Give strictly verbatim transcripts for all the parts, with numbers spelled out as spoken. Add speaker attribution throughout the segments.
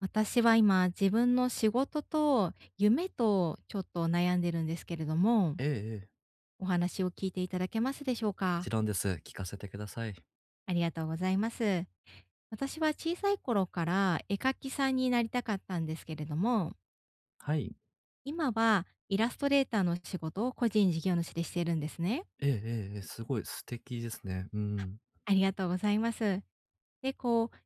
Speaker 1: 私は今、自分の仕事と夢とちょっと悩んでるんですけれども、
Speaker 2: ええええ。
Speaker 1: お話を聞いていただけますでしょう
Speaker 2: もち
Speaker 1: か？
Speaker 2: ろんです。聞かせてください。
Speaker 1: ありがとうございます。私は小さい頃から絵描きさんになりたかったんですけれども、
Speaker 2: はい。
Speaker 1: 今はイラストレーターの仕事を個人事業主でしているんですね。
Speaker 2: ええええええ、すごい素敵ですね。う
Speaker 1: あ、
Speaker 2: ん。
Speaker 1: ありがとうございます。で、こう、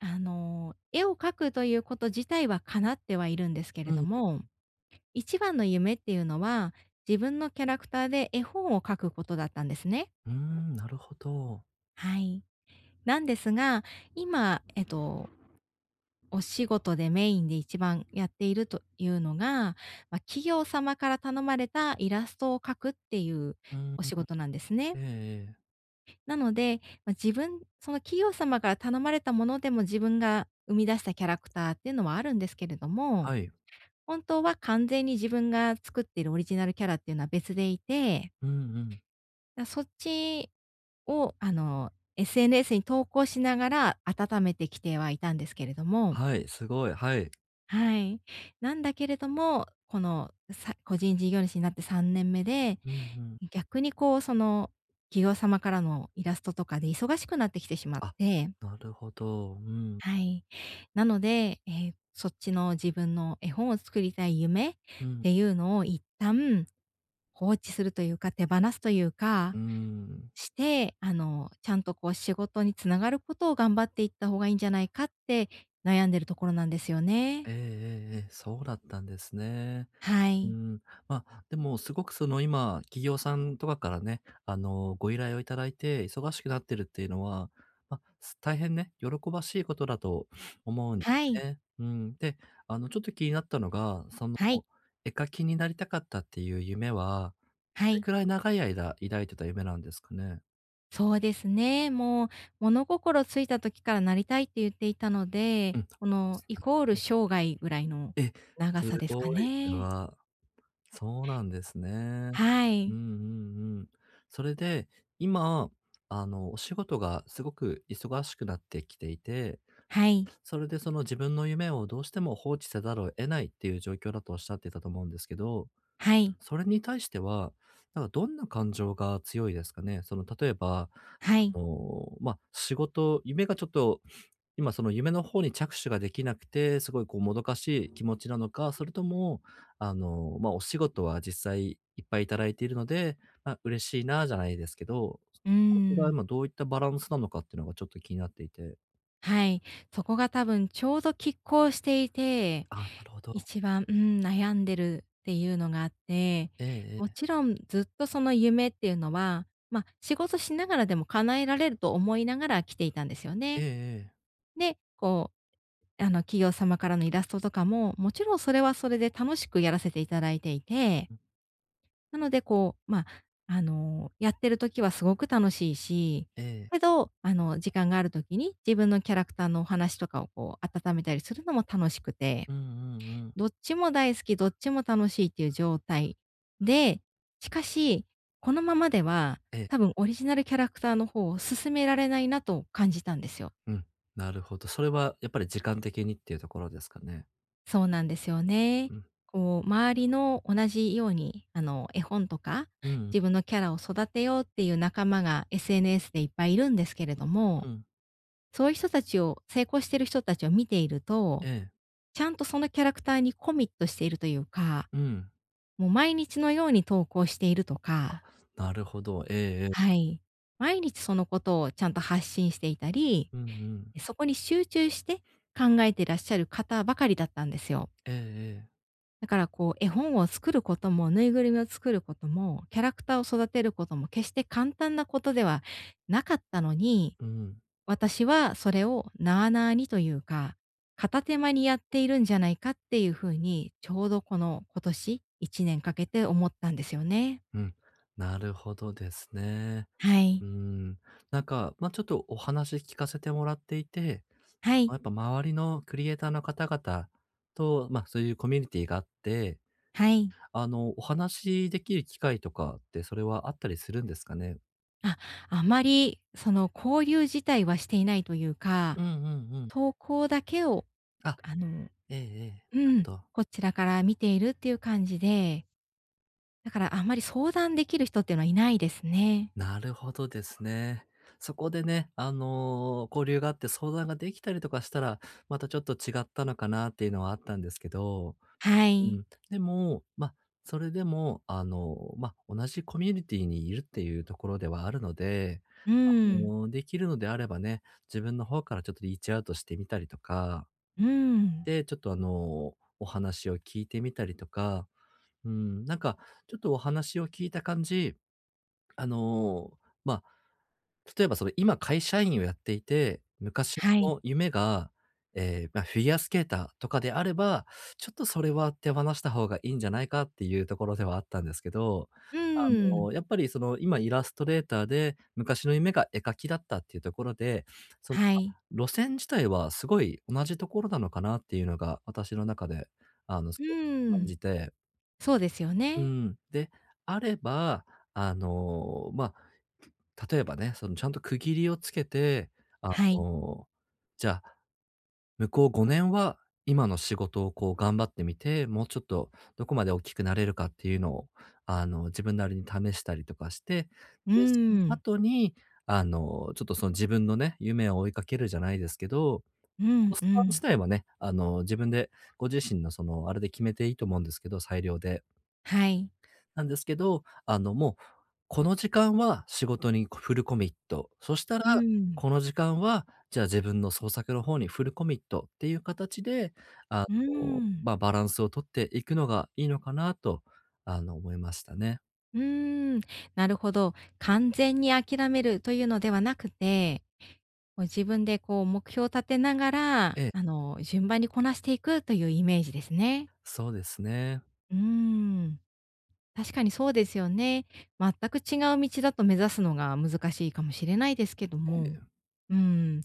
Speaker 1: あの、絵を描くということ自体は叶ってはいるんですけれ
Speaker 2: う
Speaker 1: ど
Speaker 2: ん。
Speaker 1: も、一番の夢っていうのは、自分のキャラクターで絵本を描くことだったんですね。
Speaker 2: うーん、なるほど。
Speaker 1: はい。なんですが、今、えっと、お仕事でメインで一番やっているというのが、まあ、企業様から頼まれたイラストを描くっていう
Speaker 2: うーん。
Speaker 1: お仕事なんですね。
Speaker 2: ええええ。
Speaker 1: なので、まあ、自分、その企業様から頼まれたものでも自分が生み出したキャラクターっていうのはあるんですけれども、
Speaker 2: はい。
Speaker 1: 本当は完全に自分が作っているオリジナルキャラっていうのは別でいて、
Speaker 2: うんうん。
Speaker 1: だ、そっちを、あの、エスエヌエス に投稿しながら温めてきてはいたんですけれども、
Speaker 2: はい、すごい、はい。
Speaker 1: はい。なんだけれども、この、さ個人事業主になってさんねんめで、
Speaker 2: うんうん。
Speaker 1: 逆にこう、その、企業様からのイラストとかで忙しくなってきてしまっ
Speaker 2: あ、
Speaker 1: て、
Speaker 2: なるほど。うん。
Speaker 1: はい。なので、えーそっちの自分の絵本を作りたい夢っ
Speaker 2: うん。
Speaker 1: ていうのを一旦放置するというか、手放すという
Speaker 2: う
Speaker 1: か
Speaker 2: ーん。
Speaker 1: して、あの、ちゃんとこう仕事につながることを頑張っていった方がいいんじゃないかって悩んでるところなんですよ
Speaker 2: え
Speaker 1: ね。
Speaker 2: えええええ、そうだったんですね。
Speaker 1: は
Speaker 2: うー
Speaker 1: い。
Speaker 2: ん、まあ、でもすごくその今、企業さんとかからね、あの、ご依頼をいただいて忙しくなってるっていうのは、まあ、す大変ね、喜ばしいことだと思うんで
Speaker 1: は
Speaker 2: す
Speaker 1: い。
Speaker 2: ね。うん。で、あの、ちょっと気になったのが、その、
Speaker 1: はい。
Speaker 2: 絵描きになりたかったっていう夢は、
Speaker 1: は
Speaker 2: どれ
Speaker 1: い。
Speaker 2: くらい長い間抱いてた夢なんですかね？
Speaker 1: そうですね。もう物心ついた時からなりたいって言っていたの
Speaker 2: う
Speaker 1: で、
Speaker 2: ん。
Speaker 1: この
Speaker 2: す
Speaker 1: イコール生涯ぐらいの長
Speaker 2: す
Speaker 1: さですか
Speaker 2: ごい、それ
Speaker 1: ね。
Speaker 2: は。そうなんですね。
Speaker 1: は
Speaker 2: うんう
Speaker 1: い。
Speaker 2: んうん。それで、今、あの、お仕事がすごく忙しくなってきていて、
Speaker 1: はい。
Speaker 2: それでその自分の夢をどうしても放置せざるを得ないっていう状況だとおっしゃってたと思うんですけど、
Speaker 1: はい。
Speaker 2: それに対しては、なんかどんな感情が強いですかね？その例えば、
Speaker 1: は
Speaker 2: あ
Speaker 1: い。
Speaker 2: の、まあ、仕事夢がちょっと今その夢の方に着手ができなくて、すごいこうもどかしい気持ちなのか、それとも、あの、まあ、お仕事は実際いっぱいいただいているので、まあ、嬉しいなじゃないですけど、
Speaker 1: うー
Speaker 2: こちらは
Speaker 1: ん。
Speaker 2: 今どういったバランスなのかっていうのがちょっと気になっていて。
Speaker 1: はい。そこが多分ちょうど拮抗していて
Speaker 2: あ、なるほど。
Speaker 1: 一番、うん、悩んでるっていうのがあって、
Speaker 2: ええ
Speaker 1: も
Speaker 2: ええ。
Speaker 1: ちろんずっとその夢っていうのは、まあ、仕事しながらでも叶えられると思いながら来ていたんですよ
Speaker 2: ええ
Speaker 1: ね。
Speaker 2: ええ。
Speaker 1: で、こう、あの、企業様からのイラストとかも、もちろんそれはそれで楽しくやらせていただいていて、
Speaker 2: うん、
Speaker 1: なのでこう、まあ、あの、やってる時はすごく楽しいし、
Speaker 2: ええ。
Speaker 1: けど、あの、時間がある時に自分のキャラクターのお話とかをこう温めたりするのも楽しくて、
Speaker 2: うんうんうん。
Speaker 1: どっちも大好き、どっちも楽しいっていう状態で、しかし、このままでは
Speaker 2: ええ、
Speaker 1: 多分オリジナルキャラクターの方を進められないなと感じたんですよ。
Speaker 2: うん。なるほど。それはやっぱり時間的にっていうところですかね。
Speaker 1: そうなんですよね。
Speaker 2: うん。
Speaker 1: こう、周りの同じように、あの、絵本とか、
Speaker 2: うん、
Speaker 1: 自分のキャラを育てようっていう仲間が エスエヌエス でいっぱいいるんですけれど
Speaker 2: う
Speaker 1: も、
Speaker 2: ん。
Speaker 1: そういう人たちを、成功してる人たちを見ていると、
Speaker 2: ええ。
Speaker 1: ちゃんとそのキャラクターにコミットしているというか、
Speaker 2: うん。
Speaker 1: もう毎日のように投稿しているとか、
Speaker 2: なるほど。ええええ。
Speaker 1: はい。毎日そのことをちゃんと発信していたり、
Speaker 2: うんうん。
Speaker 1: そこに集中して考えていらっしゃる方ばかりだったんですよ。
Speaker 2: ええええ。
Speaker 1: だからこう絵本を作ることも、ぬいぐるみを作ることも、キャラクターを育てることも決して簡単なことではなかったのに、
Speaker 2: うん。
Speaker 1: 私はそれをなあなあにというか、片手間にやっているんじゃないかっていうふうに、ちょうどこの今年いちねんかけて思ったんですよね。
Speaker 2: うん、なるほどですね。
Speaker 1: はい。
Speaker 2: うん。なんか、まあ、ちょっとお話聞かせてもらっていて、
Speaker 1: は
Speaker 2: ま、
Speaker 1: い。
Speaker 2: やっぱ周りのクリエイターの方々と、まあ、そういうコミュニティがあって、
Speaker 1: はい。
Speaker 2: あの、お話しできる機会とかって、それはあったりするんですかね？
Speaker 1: あ、あまりその交流自体はしていないというか、
Speaker 2: うんうんうん。
Speaker 1: 投稿だけを
Speaker 2: あ、
Speaker 1: あの
Speaker 2: ええええ。
Speaker 1: う
Speaker 2: なるほ
Speaker 1: ん、
Speaker 2: ど。
Speaker 1: こちらから見ているっていう感じで、だからあんまり相談できる人っていうのはいないですね。
Speaker 2: なるほどですね。そこでね、あの、交流があって相談ができたりとかしたら、またちょっと違ったのかなっていうのはあったんですけど。
Speaker 1: は
Speaker 2: う
Speaker 1: い。
Speaker 2: ん。でも、ま、あそれでも、あの、ま、あ同じコミュニティにいるっていうところではあるので、
Speaker 1: うん。
Speaker 2: もうできるのであればね、自分の方からちょっとリーチアウトしてみたりとか、
Speaker 1: うん。
Speaker 2: で、ちょっとあの、お話を聞いてみたりとか、うん、なんかちょっとお話を聞いた感じ、あの、ま、あ例えばその今会社員をやっていて、昔
Speaker 1: は
Speaker 2: の
Speaker 1: い。
Speaker 2: 夢が、ええ、まあ、フィギュアスケーターとかであれば、ちょっとそれは手放した方がいいんじゃないかっていうところではあったんですけど、
Speaker 1: う
Speaker 2: あ
Speaker 1: ん。
Speaker 2: の、やっぱりその今イラストレーターで、昔の夢が絵描きだったっていうところで、その、
Speaker 1: はい。
Speaker 2: 路線自体はすごい同じところなのかなっていうのが、私の中で、あの、す
Speaker 1: う
Speaker 2: ごい感
Speaker 1: ん。
Speaker 2: じて
Speaker 1: そうですよ
Speaker 2: う
Speaker 1: ね。
Speaker 2: ん。で、あれば、あの、まあ、例えばね、そのちゃんと区切りをつけて、あ
Speaker 1: はい。
Speaker 2: の、じゃあ、向こうごねんは今の仕事をこう頑張ってみて、もうちょっとどこまで大きくなれるかっていうのを、あの、自分なりに試したりとかして、
Speaker 1: う
Speaker 2: で、その
Speaker 1: ん。
Speaker 2: 後に、あの、ちょっとその自分のね、夢を追いかけるじゃないですけど、
Speaker 1: う
Speaker 2: コー
Speaker 1: ん
Speaker 2: ス
Speaker 1: う
Speaker 2: パ自
Speaker 1: ん。
Speaker 2: 体はね、あの、自分でご自身のその、あれで決めていいと思うんですけど、裁量で。
Speaker 1: はい。
Speaker 2: なんですけど、あの、もう、この時間は仕事にフルコミット、そしたら、
Speaker 1: うん。
Speaker 2: この時間は、じゃあ自分の創作の方にフルコミットっていう形で、あ
Speaker 1: う
Speaker 2: の、
Speaker 1: ん。
Speaker 2: まあ、バランスをとっていくのがいいのかなと、あの、思いましたね。
Speaker 1: うーん、なるほど。完全に諦めるというのではなくて、こう自分でこう目標を立てながら、
Speaker 2: ええ、
Speaker 1: あの、順番にこなしていくというイメージですね。
Speaker 2: そうですね。
Speaker 1: うーん、確かにそうですよね。全く違う道だと目指すのが難しいかもしれないですけども、うん、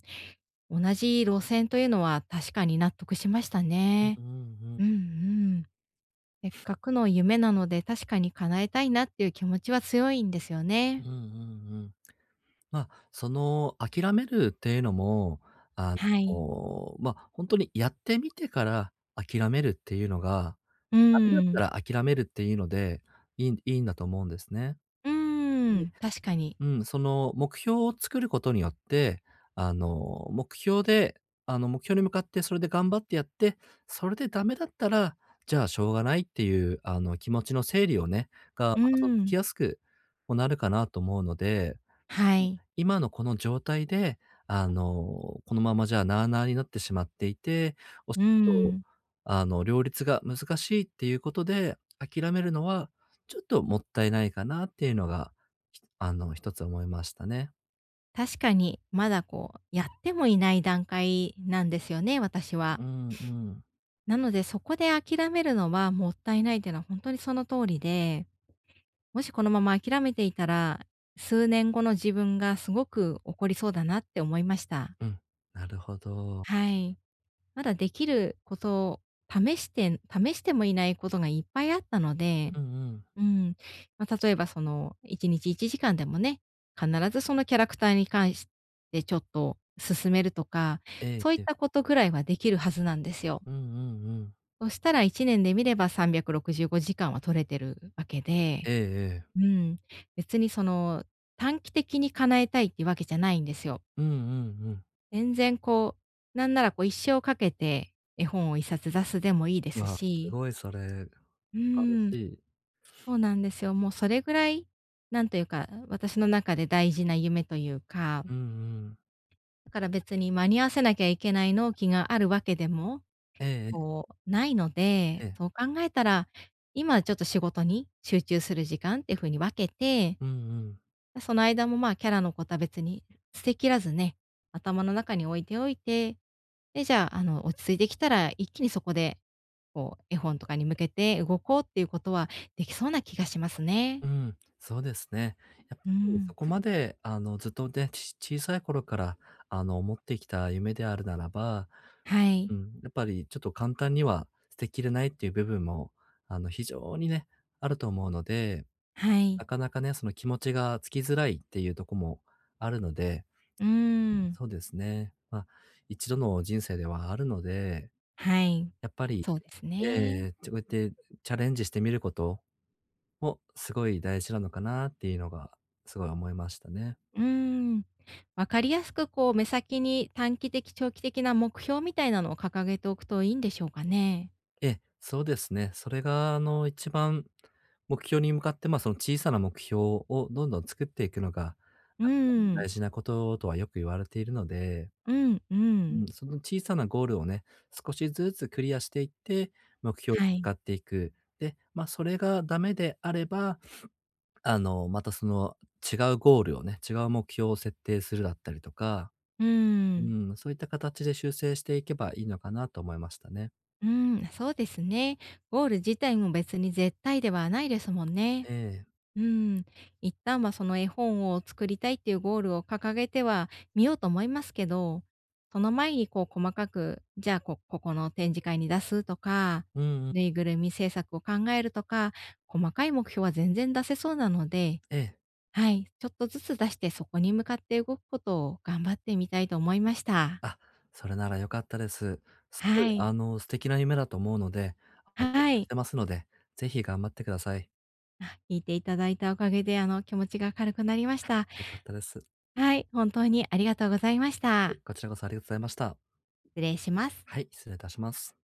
Speaker 1: 同じ路線というのは確かに納得しましたね。
Speaker 2: うんうんうん。
Speaker 1: うんうん。せっかくの夢なので確かに叶えたいなっていう気持ちは強いんですよ
Speaker 2: うん
Speaker 1: ね。
Speaker 2: うんうん。まあ、その、諦めるっていうのも、あ
Speaker 1: はい。
Speaker 2: の、ま、あ本当にやってみてから諦めるっていうのが
Speaker 1: う
Speaker 2: ダメだ
Speaker 1: ー
Speaker 2: った
Speaker 1: ん。
Speaker 2: ら諦めるっていうので、いいいいんだと思うんですね。
Speaker 1: うー
Speaker 2: で、
Speaker 1: ん、確かに。
Speaker 2: うん、その目標を作ることによって、あの、目標であの、目標に向かってそれで頑張ってやって、それでダメだったら、じゃあしょうがないっていう、あの、気持ちの整理をね、が、ま
Speaker 1: うー
Speaker 2: たそのつき
Speaker 1: ん。
Speaker 2: やすくもなるかなと思うので、
Speaker 1: はい。
Speaker 2: 今のこの状態で、あの、このままじゃあ、なあなあになってしまっていて、お仕
Speaker 1: うー
Speaker 2: 事を、
Speaker 1: ん。
Speaker 2: あの、両立が難しいっていうことで諦めるのは、ちょっともったいないかなっていうのが、ひあの、一つ思いましたね。
Speaker 1: 確かに、まだこう、やってもいない段階なんですよね、私は。
Speaker 2: うんうん。
Speaker 1: なので、そこで諦めるのはもったいないっていうのはほんとにその通りで、もしこのまま諦めていたら、数年後の自分がすごく怒りそうだなって思いました。
Speaker 2: うん、なるほど。
Speaker 1: はい。まだできることを試して試してもいないことがいっぱいあったので、
Speaker 2: うんうん。
Speaker 1: うん。まあ、例えばそのいちにちいちじかんでもね、必ずそのキャラクターに関してちょっと進めるとか、
Speaker 2: ええ
Speaker 1: そういっ
Speaker 2: ええ。
Speaker 1: たことぐらいはできるはずなんですよ。
Speaker 2: うんうんうん。
Speaker 1: そしたらいちねんで見ればさんびゃくろくじゅうごじかんは取れてるわけ
Speaker 2: え
Speaker 1: で、
Speaker 2: えええ。
Speaker 1: うん。別にその短期的に叶えたいってわけじゃないんですよ。
Speaker 2: うんうんうん。
Speaker 1: 全然こう、なんならこう一生かけて絵本を一冊出すでもいいです
Speaker 2: わあ、す
Speaker 1: し、
Speaker 2: ごいそれ、素
Speaker 1: う
Speaker 2: 晴ら
Speaker 1: ん。
Speaker 2: しい。
Speaker 1: そうなんですよ。もうそれぐらい、なんというか、私の中で大事な夢というか、
Speaker 2: うんうん。
Speaker 1: だから別に間に合わせなきゃいけない納期があるわけでも、
Speaker 2: えええ
Speaker 1: こう、ないの
Speaker 2: ええ
Speaker 1: で、
Speaker 2: え。
Speaker 1: そう考えたら、今ちょっと仕事に集中する時間っていうふうに分けて、
Speaker 2: うんうん。
Speaker 1: その間もまあキャラのことは別に捨てきらずね、頭の中に置いておいて、で、じゃあ、あの、落ち着いてきたら一気にそこで、こう、絵本とかに向けて動こうっていうことはできそうな気がしますね。
Speaker 2: うん、そうですね。やっぱ
Speaker 1: う
Speaker 2: りそ
Speaker 1: ん。
Speaker 2: こまで、あの、ずっとね、ち小さい頃から、あの、持ってきた夢であるならば、
Speaker 1: は
Speaker 2: う
Speaker 1: い、
Speaker 2: ん、やっぱりちょっと簡単には捨てきれないっていう部分も、あの、非常にね、あると思うので、
Speaker 1: は
Speaker 2: な
Speaker 1: い。
Speaker 2: かなかね、その気持ちがつきづらいっていうとこもあるので、
Speaker 1: うーん、
Speaker 2: そうですね。まあ、一度の人生ではあるので、
Speaker 1: はい。
Speaker 2: やっぱり
Speaker 1: そうですね。
Speaker 2: えーこうやってチャレンジしてみることも、すごい大事なのかなっていうのが、すごい思いましたね。
Speaker 1: うーん。わかりやすくこう目先に短期的、長期的な目標みたいなのを掲げておくといいんでしょうかね。
Speaker 2: ええ、そうですね。それが、あの、一番目標に向かって、まあ、その小さな目標をどんどん作っていくのが
Speaker 1: うー
Speaker 2: 大
Speaker 1: ん、
Speaker 2: 事なこととはよく言われているので、
Speaker 1: うん、う
Speaker 2: ううん、
Speaker 1: ん。
Speaker 2: ん。その小さなゴールをね、少しずつクリアしていって、目標に
Speaker 1: は
Speaker 2: 向か
Speaker 1: い。
Speaker 2: っていく。で、まあ、それがダメであれば、あの、またその違うゴールをね、違う目標を設定するだったりとか
Speaker 1: うー
Speaker 2: う
Speaker 1: ん、
Speaker 2: ん、そういった形で修正していけばいいのかなと思いましたね。
Speaker 1: うーん、そうですね。ゴール自体も別に絶対ではないですもんね。
Speaker 2: ええ。
Speaker 1: うん、一旦はその絵本を作りたいっていうゴールを掲げてはみようと思いますけど、その前にこう細かく、じゃあこここの展示会に出すとか、
Speaker 2: うんうん。
Speaker 1: ぬいぐるみ制作を考えるとか、細かい目標は全然出せそうなので、
Speaker 2: ええ。
Speaker 1: はい、ちょっとずつ出してそこに向かって動くことを頑張ってみたいと思いました。
Speaker 2: あ、それなら良かったです。すごい、
Speaker 1: はい。
Speaker 2: あの、素敵な夢だと思うので、あの、
Speaker 1: は
Speaker 2: し
Speaker 1: い。
Speaker 2: てますので、ぜひ頑張ってください。
Speaker 1: あ、聞いていただいたおかげであの気持ちが軽くなりました。
Speaker 2: 良かったです。
Speaker 1: はい、本当にありがとうございました。
Speaker 2: こちらこそありがとうございました。
Speaker 1: 失礼します。
Speaker 2: はい、失礼いたします。